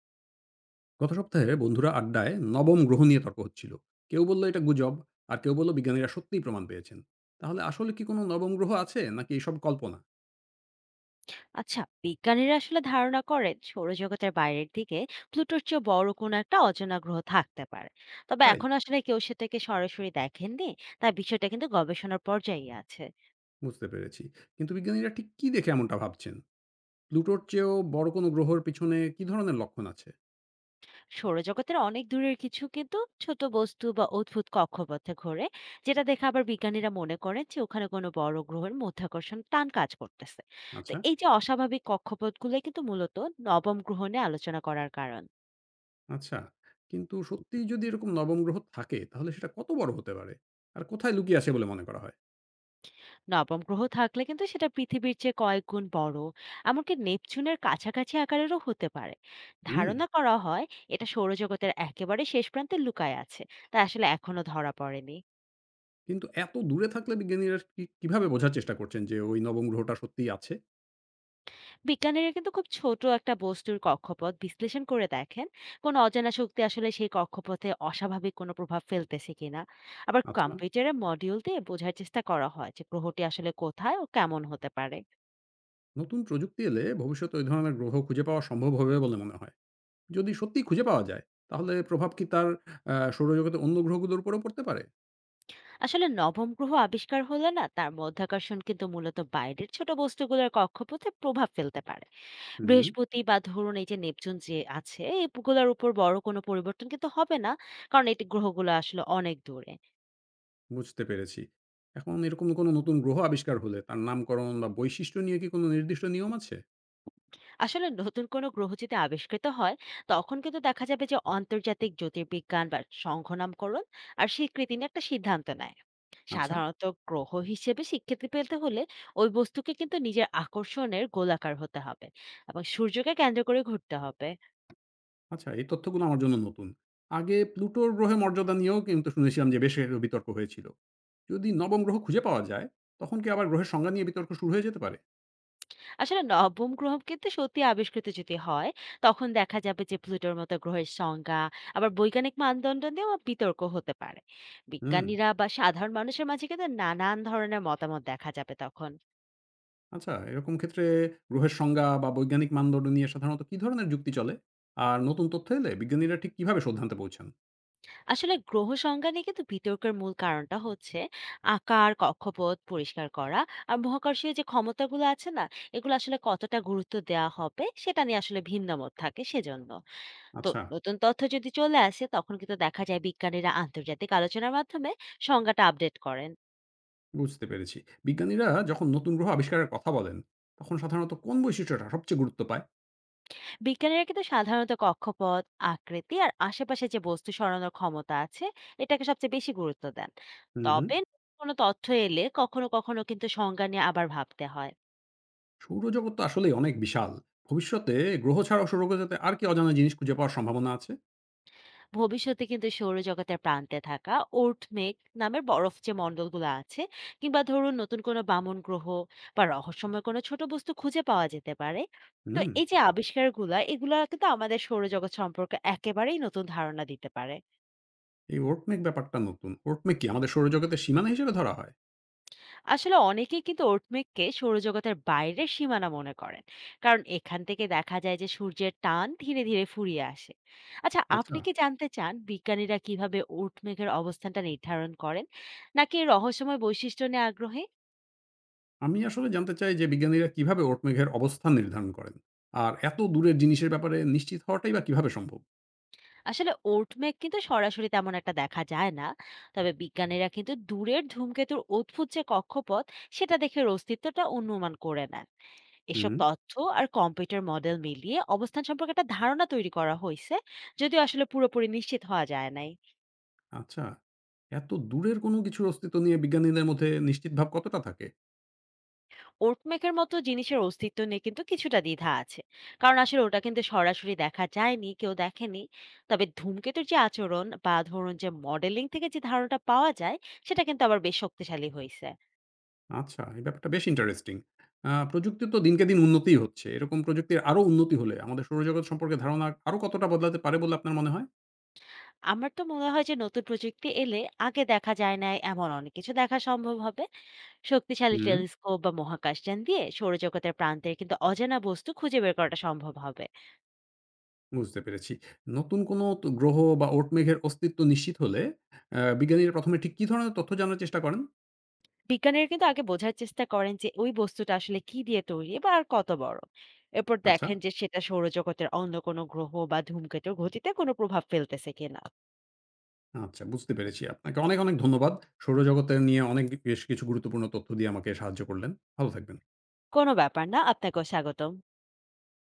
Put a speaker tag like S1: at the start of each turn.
S1: গত সপ্তাহে বন্ধুরা আড্ডায় নবম গ্রহ নিয়ে তর্ক হচ্ছিল। কেউ বলল এটা গুজব, আর কেউ বলল বিজ্ঞানীরা সত্যিই প্রমাণ পেয়েছেন। তাহলে আসলে কি কোনো নবম গ্রহ আছে নাকি এসব কল্পনা?
S2: আচ্ছা, বিজ্ঞানীরা আসলে ধারণা করেন সৌরজগতের বাইরের দিকে প্লুটোর চেয়ে বড় কোনো একটা অজানা গ্রহ থাকতে পারে। তবে
S1: তাই?
S2: এখন আসলে কেউ সেটাকে সরাসরি দেখেননি। তাই বিষয়টা কিন্তু গবেষণার পর্যায়ে আছে।
S1: বুঝতে পেরেছি। কিন্তু বিজ্ঞানীরা ঠিক কি দেখে এমনটা ভাবছেন? প্লুটোর চেয়েও বড় কোনো গ্রহের পিছনে কি ধরনের লক্ষণ আছে?
S2: সৌরজগতের অনেক দূরের কিছু কিন্তু ছোট বস্তু বা অদ্ভুত কক্ষপথে ঘোরে, যেটা দেখে আবার বিজ্ঞানীরা মনে করেন যে ওখানে কোনো বড় গ্রহের মাধ্যাকর্ষণ টান কাজ করতেছে। তো
S1: আচ্ছা।
S2: এই যে অস্বাভাবিক কক্ষপথগুলো, কিন্তু মূলত নবম গ্রহ নিয়ে আলোচনা করার কারণ।
S1: আচ্ছা, কিন্তু সত্যিই যদি এরকম নবম গ্রহ থাকে তাহলে সেটা কত বড় হতে পারে? আর কোথায় লুকিয়ে আছে বলে মনে করা হয়?
S2: নবম গ্রহ থাকলে কিন্তু সেটা পৃথিবীর চেয়ে কয়েক গুণ বড়, এমনকি নেপচুনের কাছাকাছি আকারেরও হতে পারে।
S1: হুম।
S2: ধারণা করা হয় এটা সৌরজগতের একেবারে শেষ প্রান্তে লুকায় আছে, তা আসলে এখনো ধরা পড়েনি।
S1: কিন্তু এত দূরে থাকলে বিজ্ঞানীরা কিভাবে বোঝার চেষ্টা করছেন যে ওই নবম গ্রহটা সত্যিই আছে?
S2: বিজ্ঞানীরা কিন্তু খুব ছোট একটা বস্তুর কক্ষপথ বিশ্লেষণ করে দেখেন কোন অজানা শক্তি আসলে সেই কক্ষপথে অস্বাভাবিক কোনো প্রভাব ফেলতেছে কিনা। আবার
S1: আচ্ছা।
S2: কম্পিউটারে মডিউল দিয়ে বোঝার চেষ্টা করা হয় যে গ্রহটি আসলে কোথায় ও কেমন হতে পারে।
S1: নতুন প্রযুক্তি এলে ভবিষ্যতে ওই ধরনের গ্রহ খুঁজে পাওয়া সম্ভব হবে বলে মনে হয়? যদি সত্যি খুঁজে পাওয়া যায়, তাহলে প্রভাব কি তার, সৌরজগতে অন্য গ্রহগুলোর উপরেও পড়তে পারে?
S2: আসলে নবম গ্রহ আবিষ্কার হলে না, তার মাধ্যাকর্ষণ কিন্তু মূলত বাইরের ছোট বস্তুগুলোর কক্ষপথে প্রভাব ফেলতে পারে।
S1: হুম।
S2: বৃহস্পতি বা ধরুন এই যে নেপচুন যে আছে, এগুলোর উপর বড় কোনো পরিবর্তন কিন্তু হবে না, কারণ এই গ্রহগুলো আসলে অনেক দূরে।
S1: বুঝতে পেরেছি। এখন এরকম কোনো নতুন গ্রহ আবিষ্কার হলে তার নামকরণ বা বৈশিষ্ট্য নিয়ে কি কোনো নির্দিষ্ট নিয়ম আছে?
S2: আসলে নতুন কোনো গ্রহ যদি আবিষ্কৃত হয়, তখন কিন্তু দেখা যাবে যে আন্তর্জাতিক জ্যোতির্বিজ্ঞান বা সংঘ নামকরণ আর স্বীকৃতি নিয়ে একটা সিদ্ধান্ত নেয়।
S1: আচ্ছা।
S2: সাধারণত গ্রহ হিসেবে স্বীকৃতি পেতে হলে ওই বস্তুকে কিন্তু নিজের আকর্ষণের গোলাকার হতে হবে এবং সূর্যকে কেন্দ্র করে ঘুরতে হবে।
S1: আচ্ছা, এই তথ্যগুলো আমার জন্য নতুন। আগে প্লুটোর গ্রহের মর্যাদা নিয়েও কিন্তু শুনেছিলাম যে বেশ একটা বিতর্ক হয়েছিল। যদি নবম গ্রহ খুঁজে পাওয়া যায়, তখন কি আবার গ্রহের সংজ্ঞা নিয়ে বিতর্ক শুরু হয়ে যেতে পারে?
S2: আসলে নবম গ্রহ কিন্তু সত্যি আবিষ্কৃত যদি হয়, তখন দেখা যাবে যে প্লুটোর মতো গ্রহের সংজ্ঞা আবার বৈজ্ঞানিক মানদণ্ড নিয়েও বিতর্ক হতে পারে।
S1: হুম।
S2: বিজ্ঞানীরা বা সাধারণ মানুষের মাঝে কিন্তু নানান ধরনের মতামত দেখা যাবে তখন।
S1: আচ্ছা, এরকম ক্ষেত্রে গ্রহের সংজ্ঞা বা বৈজ্ঞানিক মানদণ্ড নিয়ে সাধারণত কি ধরনের যুক্তি চলে? আর নতুন তথ্য এলে বিজ্ঞানীরা ঠিক কিভাবে সিদ্ধান্তে পৌঁছান?
S2: আসলে গ্রহ সংজ্ঞা নিয়ে কিন্তু বিতর্কের মূল কারণটা হচ্ছে আকার, কক্ষপথ পরিষ্কার করা, আর মহাকর্ষীয় যে ক্ষমতাগুলো আছে না, এগুলো আসলে কতটা গুরুত্ব দেওয়া হবে, সেটা নিয়ে আসলে ভিন্ন মত থাকে সেজন্য। তো
S1: আচ্ছা,
S2: নতুন তথ্য যদি চলে আসে তখন কিন্তু দেখা যায় বিজ্ঞানীরা আন্তর্জাতিক আলোচনার মাধ্যমে সংজ্ঞাটা আপডেট করেন।
S1: বুঝতে পেরেছি। বিজ্ঞানীরা যখন নতুন গ্রহ আবিষ্কারের কথা বলেন, তখন সাধারণত কোন বৈশিষ্ট্যটা সবচেয়ে গুরুত্ব পায়?
S2: বিজ্ঞানীরা কিন্তু সাধারণত কক্ষপথ, আকৃতি আর আশেপাশে যে বস্তু সরানোর ক্ষমতা আছে, এটাকে সবচেয়ে বেশি গুরুত্ব দেন।
S1: হুম, হুম।
S2: তবে কোনো তথ্য এলে কখনো কখনো কিন্তু সংজ্ঞা নিয়ে আবার ভাবতে হয়।
S1: সৌরজগৎ তো আসলেই অনেক বিশাল। ভবিষ্যতে গ্রহ ছাড়াও সৌরজগতে আর কি অজানা জিনিস খুঁজে পাওয়ার সম্ভাবনা আছে?
S2: ভবিষ্যতে কিন্তু সৌরজগতের প্রান্তে থাকা ওর্ট মেঘ নামের বরফ যে মণ্ডলগুলো আছে, কিংবা ধরুন নতুন কোনো বামন গ্রহ বা রহস্যময় কোনো ছোট বস্তু খুঁজে পাওয়া যেতে পারে। তো
S1: হুম।
S2: এই যে আবিষ্কারগুলা, এগুলা কিন্তু আমাদের সৌরজগৎ সম্পর্কে একেবারেই নতুন ধারণা দিতে পারে।
S1: এই ওর্টমেক ব্যাপারটা নতুন। ওর্টমেক কি আমাদের সৌরজগতের সীমানা হিসেবে ধরা হয়?
S2: আসলে অনেকেই কিন্তু ওর্টমেককে সৌরজগতের বাইরের সীমানা মনে করেন, কারণ এখান থেকে দেখা যায় যে সূর্যের টান ধীরে ধীরে ফুরিয়ে আসে। আচ্ছা,
S1: আচ্ছা।
S2: আপনি কি জানতে চান বিজ্ঞানীরা কিভাবে ওর্টমেকের অবস্থানটা নির্ধারণ করেন, নাকি এর রহস্যময় বৈশিষ্ট্য নিয়ে আগ্রহী?
S1: আমি আসলে জানতে চাই যে বিজ্ঞানীরা কিভাবে ওট মেঘের অবস্থান নির্ধারণ করেন? আর এত দূরের জিনিসের ব্যাপারে নিশ্চিত হওয়াটাই বা কিভাবে সম্ভব?
S2: আসলে ওর্টমেক কিন্তু সরাসরি তেমন একটা দেখা যায় না, তবে বিজ্ঞানীরা কিন্তু দূরের ধূমকেতুর অদ্ভুত যে কক্ষপথ, সেটা দেখে এর অস্তিত্বটা অনুমান করে নেন। এসব
S1: হুম।
S2: তথ্য আর কম্পিউটার মডেল মিলিয়ে অবস্থান সম্পর্কে একটা ধারণা তৈরি করা হয়েছে, যদিও আসলে পুরোপুরি নিশ্চিত হওয়া যায় নাই।
S1: আচ্ছা। এত দূরের কোনো কিছুর অস্তিত্ব নিয়ে বিজ্ঞানীদের মধ্যে নিশ্চিত ভাব কতটা থাকে?
S2: ওর্টমেকের মতো জিনিসের অস্তিত্ব নিয়ে কিন্তু কিছুটা দ্বিধা আছে, কারণ আসলে ওটা কিন্তু সরাসরি দেখা যায়নি, কেউ দেখেনি। তবে ধূমকেতুর যে আচরণ বা ধরুন যে মডেলিং থেকে যে ধারণাটা পাওয়া যায়, সেটা কিন্তু আবার বেশ শক্তিশালী হয়েছে।
S1: আচ্ছা, এই ব্যাপারটা বেশ ইন্টারেস্টিং। প্রযুক্তির তো দিনকে দিন উন্নতিই হচ্ছে। এরকম প্রযুক্তির আরো উন্নতি হলে আমাদের সৌরজগৎ সম্পর্কে ধারণা আরো কতটা বদলাতে পারে বলে আপনার মনে হয়?
S2: আমার তো মনে হয় যে নতুন প্রযুক্তি এলে আগে দেখা যায় না এমন অনেক কিছু দেখা সম্ভব হবে। শক্তিশালী
S1: হুম।
S2: টেলিস্কোপ বা মহাকাশযান দিয়ে সৌরজগতের প্রান্তের কিন্তু অজানা বস্তু খুঁজে বের করাটা সম্ভব হবে।
S1: বুঝতে পেরেছি। নতুন কোনো গ্রহ বা ওট মেঘের অস্তিত্ব নিশ্চিত হলে, বিজ্ঞানীরা ১ম এ ঠিক কি ধরনের তথ্য জানার চেষ্টা করেন?
S2: বিজ্ঞানীরা কিন্তু আগে বোঝার চেষ্টা করেন যে ওই বস্তুটা আসলে কি দিয়ে তৈরি বা আর কত বড়। এরপর
S1: আচ্ছা।
S2: দেখেন যে সেটা সৌরজগতের অন্য কোনো গ্রহ বা ধূমকেতুর গতিতে কোনো প্রভাব ফেলতেছে কিনা।
S1: আচ্ছা, বুঝতে পেরেছি। আপনাকে অনেক, অনেক ধন্যবাদ। সৌরজগতের নিয়ে অনেক বেশ কিছু গুরুত্বপূর্ণ তথ্য দিয়ে আমাকে সাহায্য করলেন। ভালো থাকবেন।
S2: কোনো ব্যাপার না, আপনাকেও স্বাগতম।